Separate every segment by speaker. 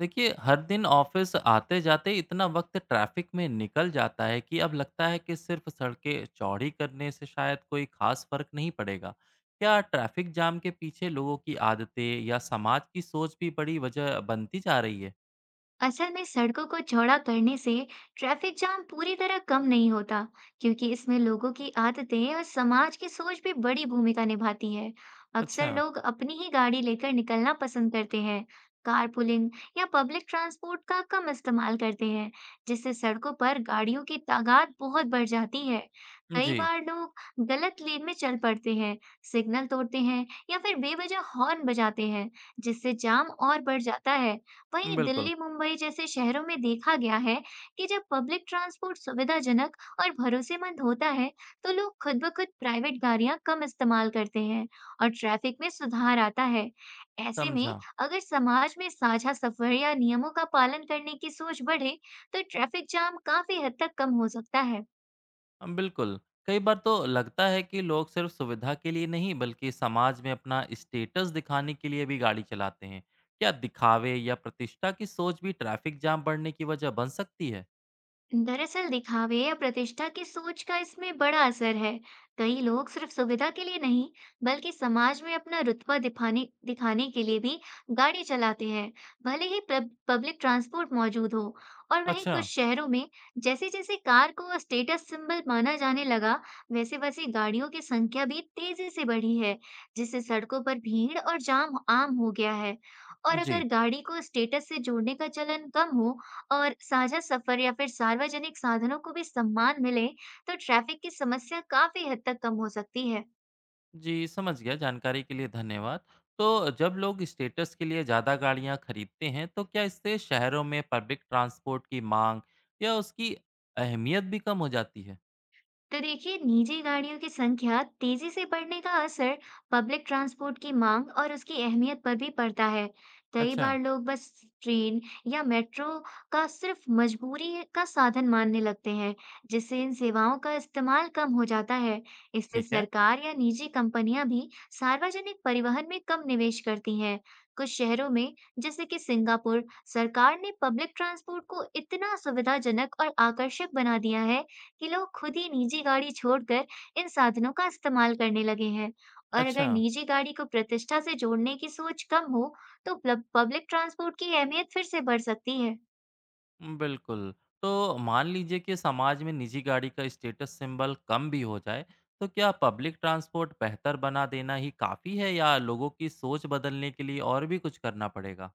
Speaker 1: देखिए, हर दिन ऑफिस आते जाते इतना वक्त ट्रैफिक में निकल जाता है कि अब लगता है कि सिर्फ सड़कें चौड़ी करने से शायद कोई खास फर्क नहीं पड़ेगा। क्या ट्रैफिक जाम के पीछे लोगों की आदतें या समाज की सोच भी बड़ी वजह बनती जा रही है?
Speaker 2: असल में सड़कों को चौड़ा करने से ट्रैफिक जाम पूरी तरह कम नहीं होता, क्योंकि इसमें लोगों की आदतें और समाज की सोच भी बड़ी भूमिका निभाती है। अक्सर
Speaker 1: अच्छा।
Speaker 2: लोग अपनी ही गाड़ी लेकर निकलना पसंद करते हैं, कारपूलिंग या पब्लिक ट्रांसपोर्ट का कम इस्तेमाल करते हैं, जिससे सड़कों पर गाड़ियों की तादाद बहुत बढ़ जाती है। कई
Speaker 1: जी।
Speaker 2: बार लोग गलत लेन में चल पड़ते हैं, सिग्नल तोड़ते हैं या फिर बेवजह हॉर्न बजाते हैं, जिससे जाम और बढ़ जाता है। वहीं
Speaker 1: बिल्कुल।
Speaker 2: दिल्ली, मुंबई जैसे शहरों में देखा गया है कि जब पब्लिक ट्रांसपोर्ट सुविधाजनक और भरोसेमंद होता है, तो लोग खुद ब खुद प्राइवेट गाड़ियां कम इस्तेमाल करते हैं और ट्रैफिक में सुधार आता है। ऐसे में
Speaker 1: समझा।
Speaker 2: अगर समाज में साझा सफर या नियमों का पालन करने की सोच बढ़े, तो ट्रैफिक जाम काफी हद तक कम हो सकता है।
Speaker 1: बिल्कुल। कई बार तो लगता है कि लोग सिर्फ सुविधा के लिए नहीं बल्कि समाज में अपना स्टेटस दिखाने के लिए भी गाड़ी चलाते हैं। क्या दिखावे या प्रतिष्ठा की सोच भी ट्रैफिक जाम बढ़ने की वजह बन सकती है?
Speaker 2: दरअसल दिखावे या प्रतिष्ठा की सोच का इसमें बड़ा असर है। कई लोग सिर्फ सुविधा के लिए नहीं बल्कि समाज में अपना रुतबा दिखाने दिखाने के लिए भी गाड़ी चलाते हैं, भले ही पब्लिक ट्रांसपोर्ट मौजूद हो। और वहीं
Speaker 1: अच्छा,
Speaker 2: कुछ शहरों में जैसे जैसे कार को स्टेटस सिंबल माना जाने लगा, वैसे वैसे गाड़ियों की संख्या भी तेजी से बढ़ी है, जिससे सड़कों पर भीड़ और जाम आम हो गया है। और
Speaker 1: जी।
Speaker 2: अगर गाड़ी को स्टेटस से जोड़ने का चलन कम हो और साझा सफर या फिर सार्वजनिक साधनों को भी सम्मान मिले, तो ट्रैफिक की समस्या काफ़ी हद तक कम हो सकती है।
Speaker 1: जी, समझ गया। जानकारी के लिए धन्यवाद। तो जब लोग स्टेटस के लिए ज़्यादा गाड़ियाँ खरीदते हैं तो क्या इससे शहरों में पब्लिक ट्रांसपोर्ट की माँग या उसकी अहमियत भी कम हो जाती है?
Speaker 2: तो देखिए, निजी गाड़ियों की संख्या तेजी से बढ़ने का असर पब्लिक ट्रांसपोर्ट की मांग और उसकी अहमियत पर भी पड़ता है। कई
Speaker 1: अच्छा,
Speaker 2: बार लोग बस, ट्रेन या मेट्रो का सिर्फ मजबूरी का साधन मानने लगते हैं, जिससे इन सेवाओं का इस्तेमाल कम हो जाता है। इससे
Speaker 1: ठीक है।
Speaker 2: सरकार या निजी कंपनियां भी सार्वजनिक परिवहन में कम निवेश करती हैं। कुछ शहरों में, जैसे कि सिंगापुर, सरकार ने पब्लिक ट्रांसपोर्ट को इतना सुविधाजनक और आकर्षक बना दिया है कि लोग खुद ही निजी गाड़ी छोड़कर इन साधनों का इस्तेमाल करने लगे हैं। और अगर
Speaker 1: अच्छा।
Speaker 2: निजी गाड़ी को प्रतिष्ठा से जोड़ने की सोच कम हो, तो पब्लिक ट्रांसपोर्ट की अहमियत फिर से बढ़ सकती है।
Speaker 1: बिल्कुल। तो मान लीजिए कि समाज में निजी गाड़ी का स्टेटस सिंबल कम भी हो जाए, तो क्या पब्लिक ट्रांसपोर्ट बेहतर बना देना ही काफ़ी है या लोगों की सोच बदलने के लिए और भी कुछ करना पड़ेगा?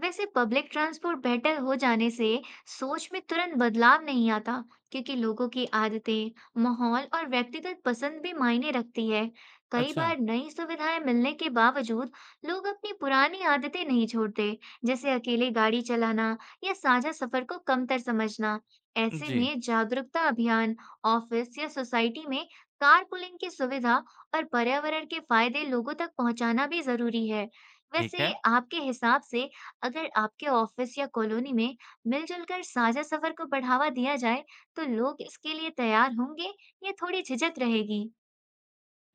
Speaker 2: वैसे पब्लिक ट्रांसपोर्ट बेहतर हो जाने से सोच में तुरंत बदलाव नहीं आता, क्योंकि लोगों की आदतें, माहौल और व्यक्तिगत पसंद भी मायने रखती है। कई
Speaker 1: अच्छा,
Speaker 2: बार नई सुविधाएं मिलने के बावजूद लोग अपनी पुरानी आदतें नहीं छोड़ते, जैसे अकेले गाड़ी चलाना या साझा सफर को कमतर समझना। ऐसे
Speaker 1: जी,
Speaker 2: में जागरूकता अभियान, ऑफिस या सोसाइटी में कारपूलिंग की सुविधा और पर्यावरण के फायदे लोगों तक पहुंचाना भी जरूरी है।
Speaker 1: ठीक
Speaker 2: वैसे
Speaker 1: है।
Speaker 2: आपके हिसाब से, अगर आपके ऑफिस या कॉलोनी में मिलजुल कर साझा सफर को बढ़ावा दिया जाए, तो लोग इसके लिए तैयार होंगे या थोड़ी झिझक रहेगी?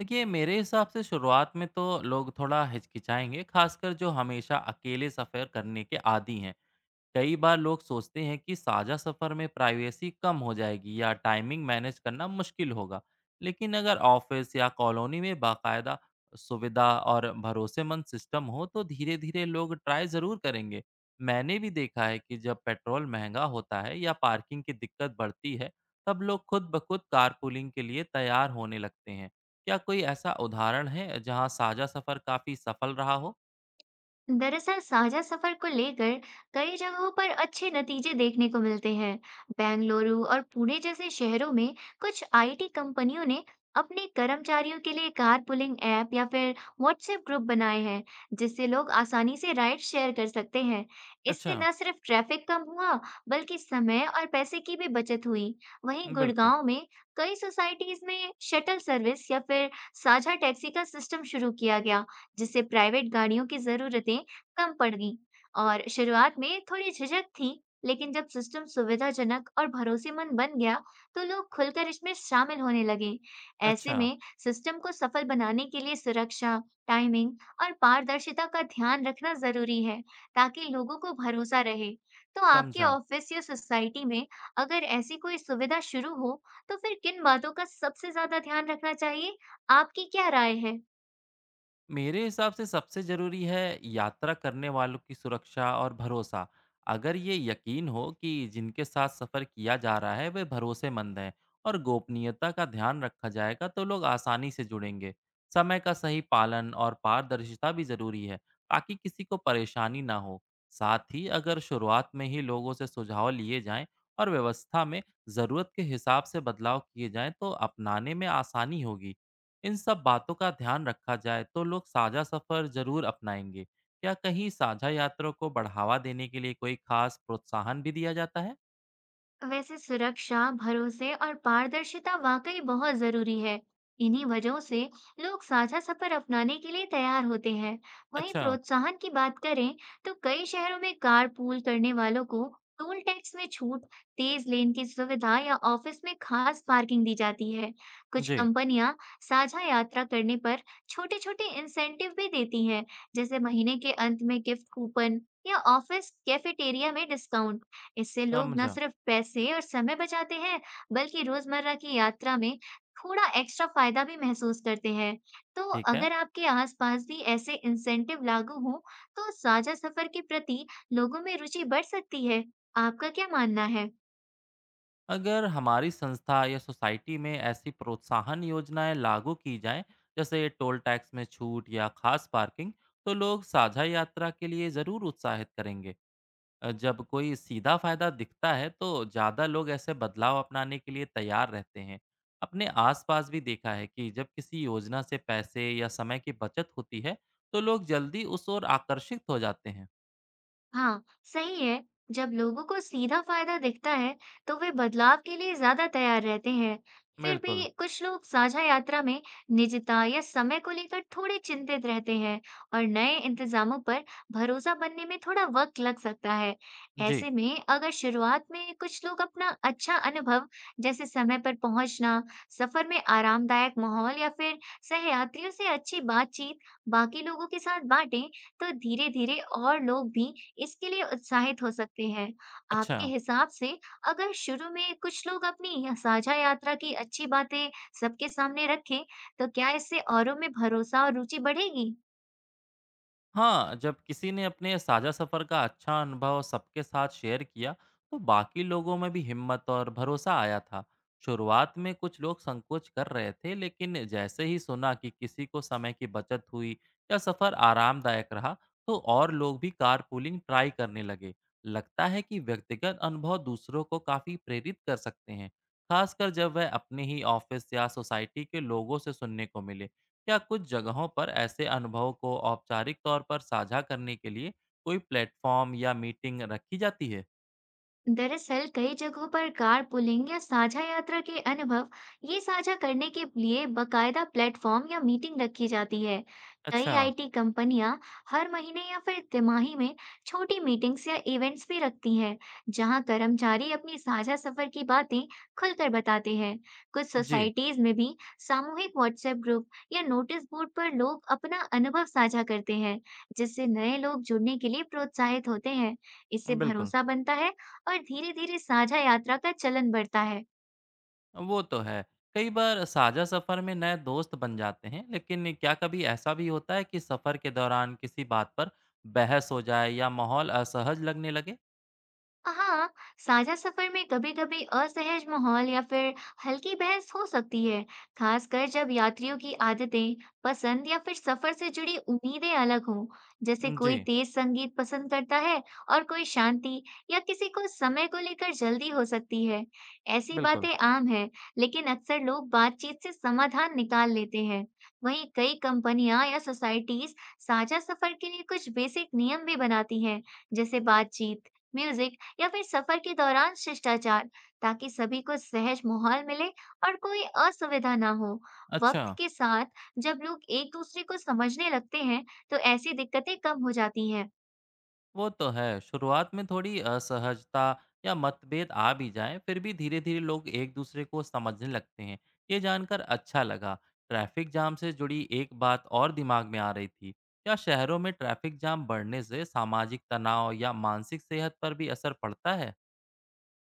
Speaker 1: देखिए, मेरे हिसाब से शुरुआत में तो लोग थोड़ा हिचकिचाएँगे, खासकर जो हमेशा अकेले सफ़र करने के आदी हैं। कई बार लोग सोचते हैं कि साझा सफर में प्राइवेसी कम हो जाएगी या टाइमिंग मैनेज करना मुश्किल होगा। लेकिन अगर ऑफिस या कॉलोनी में बाकायदा सुविधा और भरोसेमंद सिस्टम हो तो धीरे धीरे लोग ट्राई ज़रूर करेंगे। मैंने भी देखा है कि जब पेट्रोल महंगा होता है या पार्किंग की दिक्कत बढ़ती है तब लोग खुद ब खुद कारपूलिंग के लिए तैयार होने लगते हैं। क्या कोई ऐसा उदाहरण है जहां साझा सफ़र काफ़ी सफल रहा हो?
Speaker 2: दरअसल साझा सफर को लेकर कई जगहों पर अच्छे नतीजे देखने को मिलते हैं। बेंगलुरु और पुणे जैसे शहरों में कुछ आईटी कंपनियों ने अपने कर्मचारियों के लिए कारपूलिंग ऐप या फिर व्हाट्सएप ग्रुप बनाए हैं, जिससे लोग आसानी से राइड शेयर कर सकते हैं। इससे
Speaker 1: अच्छा।
Speaker 2: न सिर्फ ट्रैफिक कम हुआ, बल्कि समय और पैसे की भी बचत हुई। वहीं
Speaker 1: बिल्कुल।
Speaker 2: गुड़गांव में कई सोसाइटीज में शटल सर्विस या फिर साझा टैक्सी का सिस्टम शुरू किया गया, जिससे प्राइवेट गाड़ियों की ज़रूरतें कम पड़ गईं। और शुरुआत में थोड़ी झिझक थी, लेकिन जब सिस्टम सुविधाजनक और भरोसेमंद बन गया, तो लोग खुलकर इसमें शामिल होने लगे। ऐसे
Speaker 1: अच्छा।
Speaker 2: में सिस्टम को सफल बनाने के लिए सुरक्षा, टाइमिंग और पारदर्शिता का ध्यान रखना ज़रूरी है, ताकि लोगों को भरोसा रहे। तो आपके
Speaker 1: समझा।
Speaker 2: ऑफिस या सोसाइटी में अगर ऐसी कोई सुविधा शुरू हो, तो फिर किन बातों का सबसे ज़्यादा ध्यान रखना चाहिए? आपकी क्या राय है?
Speaker 1: मेरे हिसाब से सबसे ज़रूरी है यात्रा करने वालों की सुरक्षा और भरोसा। अगर ये यकीन हो कि जिनके साथ सफ़र किया जा रहा है वे भरोसेमंद हैं और गोपनीयता का ध्यान रखा जाएगा तो लोग आसानी से जुड़ेंगे। समय का सही पालन और पारदर्शिता भी ज़रूरी है ताकि किसी को परेशानी ना हो। साथ ही अगर शुरुआत में ही लोगों से सुझाव लिए जाएं और व्यवस्था में ज़रूरत के हिसाब से बदलाव किए जाएं तो अपनाने में आसानी होगी। इन सब बातों का ध्यान रखा जाए तो लोग साझा सफर जरूर अपनाएंगे। क्या कहीं साझा यात्रा को बढ़ावा देने के लिए कोई खास प्रोत्साहन भी दिया जाता है?
Speaker 2: वैसे सुरक्षा, भरोसे और पारदर्शिता वाकई बहुत जरूरी है। इन्हीं वजहों से लोग साझा सफर अपनाने के लिए तैयार होते हैं। वहीं
Speaker 1: अच्छा।
Speaker 2: प्रोत्साहन की बात करें, तो कई शहरों में कार पूल करने वालों को टोल टैक्स में छूट, तेज लेन की सुविधा या ऑफिस में खास पार्किंग दी जाती है। कुछ
Speaker 1: जी।
Speaker 2: कंपनियां साझा यात्रा करने पर छोटे-छोटे इंसेंटिव भी देती हैं, जैसे महीने के अंत में गिफ्ट कूपन या ऑफिस कैफेटेरिया में डिस्काउंट। इससे लोग न
Speaker 1: समझा।
Speaker 2: सिर्फ पैसे और समय बचाते हैं, बल्कि रोजमर्रा की यात्रा में थोड़ा एक्स्ट्रा फायदा भी महसूस करते हैं। तो
Speaker 1: ठीक है।
Speaker 2: अगर आपके आसपास भी ऐसे इंसेंटिव लागू हों, तो साझा सफर के प्रति लोगों में रुचि बढ़ सकती है। आपका क्या मानना है?
Speaker 1: अगर हमारी संस्था या सोसाइटी में ऐसी प्रोत्साहन योजनाएं लागू की जाएं जैसे टोल टैक्स में छूट या खास पार्किंग तो लोग साझा यात्रा के लिए ज़रूर उत्साहित करेंगे। जब कोई सीधा फायदा दिखता है तो ज़्यादा लोग ऐसे बदलाव अपनाने के लिए तैयार रहते हैं। अपने आसपास भी देखा है कि जब किसी योजना से पैसे या समय की बचत होती है, तो लोग जल्दी उस ओर आकर्षित हो जाते हैं।
Speaker 2: हाँ, सही है। जब लोगों को सीधा फायदा दिखता है, तो वे बदलाव के लिए ज्यादा तैयार रहते हैं। फिर
Speaker 1: बिल्कुल।
Speaker 2: भी कुछ लोग साझा यात्रा में निजता या समय को लेकर थोड़े चिंतित रहते हैं और नए इंतजामों पर भरोसा बनने में थोड़ा वक्त लग सकता है।
Speaker 1: जी।
Speaker 2: ऐसे में अगर शुरुआत में कुछ लोग अपना अच्छा अनुभव, जैसे समय पर पहुंचना, सफर में आरामदायक माहौल या फिर सहयात्रियों से अच्छी बातचीत बाकी लोगों के साथ बांटें, तो धीरे-धीरे और लोग भी इसके लिए उत्साहित हो सकते हैं। आपके
Speaker 1: अच्छा।
Speaker 2: हिसाब से, अगर शुरू में कुछ लोग अपनी साझा यात्रा की अच्छी बातें सबके सामने रखें, तो क्या इससे औरों में भरोसा और रुचि बढ़ेगी?
Speaker 1: हाँ, जब किसी ने अपने साझा सफर का अच्छा अनुभव सबके साथ शेयर किया, तो बाकी लोगों में भी हिम्मत और भरोसा आया था। शुरुआत में कुछ लोग संकोच कर रहे थे, लेकिन जैसे ही सुना कि किसी को समय की बचत हुई या सफर आरामदायक रहा, तो और लोग भी कारपूलिंग ट्राई करने लगे। लगता है कि व्यक्तिगत अनुभव दूसरों को काफी प्रेरित कर सकते हैं, खासकर जब वह अपने ही ऑफिस या सोसाइटी के लोगों से सुनने को मिले। क्या कुछ जगहों पर ऐसे अनुभवों को औपचारिक तौर पर साझा करने के लिए कोई प्लेटफॉर्म या मीटिंग रखी जाती है?
Speaker 2: दरअसल कई जगहों पर कार पुलिंग या साझा यात्रा के अनुभव ये साझा करने के लिए बकायदा प्लेटफॉर्म या मीटिंग रखी जाती है। कई
Speaker 1: अच्छा।
Speaker 2: आईटी कंपनियां हर महीने या फिर तिमाही में छोटी मीटिंग्स या इवेंट्स भी रखती हैं, जहां कर्मचारी अपनी साझा सफर की बातें खुलकर बताते हैं। कुछ
Speaker 1: जी।
Speaker 2: सोसाइटीज में भी सामूहिक व्हाट्सएप ग्रुप या नोटिस बोर्ड पर लोग अपना अनुभव साझा करते हैं, जिससे नए लोग जुड़ने के लिए प्रोत्साहित होते हैं। इससे
Speaker 1: बिल्कुल।
Speaker 2: भरोसा बनता है और धीरे-धीरे साझा यात्रा का चलन बढ़ता है।
Speaker 1: वो तो है। कई बार साझा सफ़र में नए दोस्त बन जाते हैं, लेकिन क्या कभी ऐसा भी होता है कि सफ़र के दौरान किसी बात पर बहस हो जाए या माहौल असहज लगने लगे?
Speaker 2: हाँ, साझा सफर में कभी कभी असहज माहौल या फिर हल्की बहस हो सकती है, खासकर जब यात्रियों की आदतें, पसंद या फिर सफर से जुड़ी उम्मीदें अलग हों। जैसे
Speaker 1: जी।
Speaker 2: कोई तेज संगीत पसंद करता है और कोई शांति, या किसी को समय को लेकर जल्दी हो सकती है। ऐसी
Speaker 1: बिल्कुल।
Speaker 2: बातें आम है लेकिन अक्सर लोग बातचीत से समाधान निकाल लेते हैं। वहीं कई कंपनियां या सोसाइटीज साझा सफर के लिए कुछ बेसिक नियम भी बनाती हैं, जैसे बातचीत, म्यूजिक या फिर सफर के दौरान शिष्टाचार, ताकि सभी को सहज माहौल मिले और कोई असुविधा ना हो।
Speaker 1: अच्छा।
Speaker 2: वक्त के साथ जब लोग एक दूसरे को समझने लगते हैं, तो ऐसी दिक्कतें कम हो जाती हैं।
Speaker 1: वो तो है। शुरुआत में थोड़ी असहजता या मतभेद आ भी जाए फिर भी धीरे धीरे लोग एक दूसरे को समझने लगते हैं। ये जानकर अच्छा लगा। ट्रैफिक जाम से जुड़ी एक बात और दिमाग में आ रही थी। क्या शहरों में ट्रैफिक जाम बढ़ने से सामाजिक तनाव या मानसिक सेहत पर भी असर पड़ता है?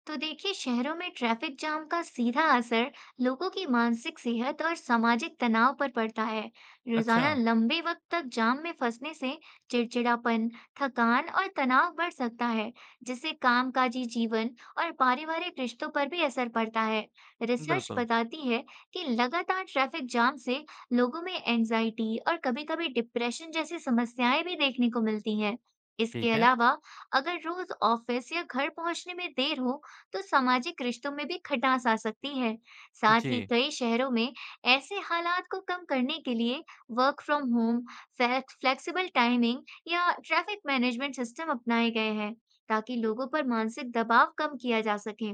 Speaker 2: तो देखिए, शहरों में ट्रैफिक जाम का सीधा असर लोगों की मानसिक सेहत और सामाजिक तनाव पर पड़ता है।
Speaker 1: अच्छा।
Speaker 2: रोजाना लंबे वक्त तक जाम में फंसने से चिड़चिड़ापन, थकान और तनाव बढ़ सकता है, जिससे कामकाजी जीवन और पारिवारिक रिश्तों पर भी असर पड़ता है। रिसर्च
Speaker 1: बिल्कुल।
Speaker 2: बताती है कि लगातार ट्रैफिक जाम से लोगों में एंजाइटी और कभी-कभी डिप्रेशन जैसी समस्याएं भी देखने को मिलती हैं। इसके
Speaker 1: ठीक है।
Speaker 2: अलावा अगर रोज ऑफिस या घर पहुंचने में देर हो, तो सामाजिक रिश्तों में भी खटास आ सकती है। साथ ही
Speaker 1: जी।
Speaker 2: कई शहरों में ऐसे हालात को कम करने के लिए work from home, flexible timing या ट्रैफिक मैनेजमेंट सिस्टम अपनाए गए हैं, ताकि लोगों पर मानसिक दबाव कम किया जा सके।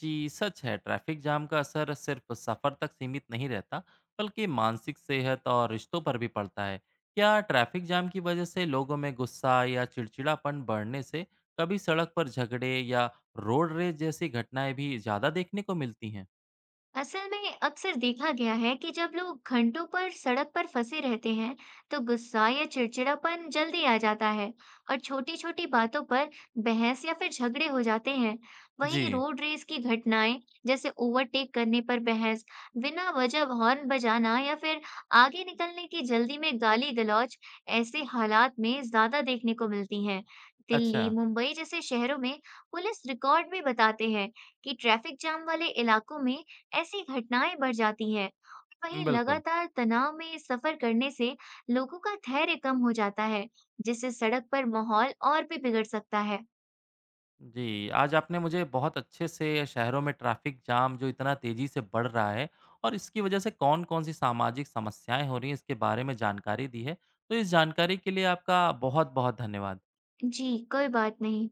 Speaker 1: जी, सच है, ट्रैफिक जाम का असर सिर्फ सफ़र तक सीमित नहीं रहता बल्कि मानसिक सेहत और रिश्तों पर भी पड़ता है। क्या ट्रैफिक जाम की वजह से लोगों में गुस्सा या चिड़चिड़ापन बढ़ने से कभी सड़क पर झगड़े या रोड रेज जैसी घटनाएं भी ज़्यादा देखने को मिलती हैं?
Speaker 2: असल में अक्सर देखा गया है कि जब लोग घंटों पर सड़क पर फंसे रहते हैं, तो गुस्सा या चिड़चिड़ापन जल्दी आ जाता है और छोटी-छोटी बातों पर बहस या फिर झगड़े हो जाते हैं। वहीं
Speaker 1: जी।
Speaker 2: रोड रेस की घटनाएं, जैसे ओवरटेक करने पर बहस, बिना वजह हॉर्न बजाना या फिर आगे निकलने की जल्दी में गाली-गलौज, ऐसे हालात में ज्यादा देखने को मिलती हैं।
Speaker 1: अच्छा।
Speaker 2: दिल्ली, मुंबई जैसे शहरों में पुलिस रिकॉर्ड में बताते हैं कि ट्रैफिक जाम वाले इलाकों में ऐसी घटनाएं बढ़ जाती हैं। वहीं
Speaker 1: बिल्कुल।
Speaker 2: लगातार तनाव में सफर करने से लोगों का धैर्य कम हो जाता है, जिससे सड़क पर माहौल और भी बिगड़ सकता है।
Speaker 1: जी, आज आपने मुझे बहुत अच्छे से शहरों में ट्रैफ़िक जाम जो इतना तेज़ी से बढ़ रहा है और इसकी वजह से कौन-कौन सी सामाजिक समस्याएँ हो रही हैं, इसके बारे में जानकारी दी है। तो इस जानकारी के लिए आपका बहुत-बहुत धन्यवाद।
Speaker 2: जी, कोई बात नहीं।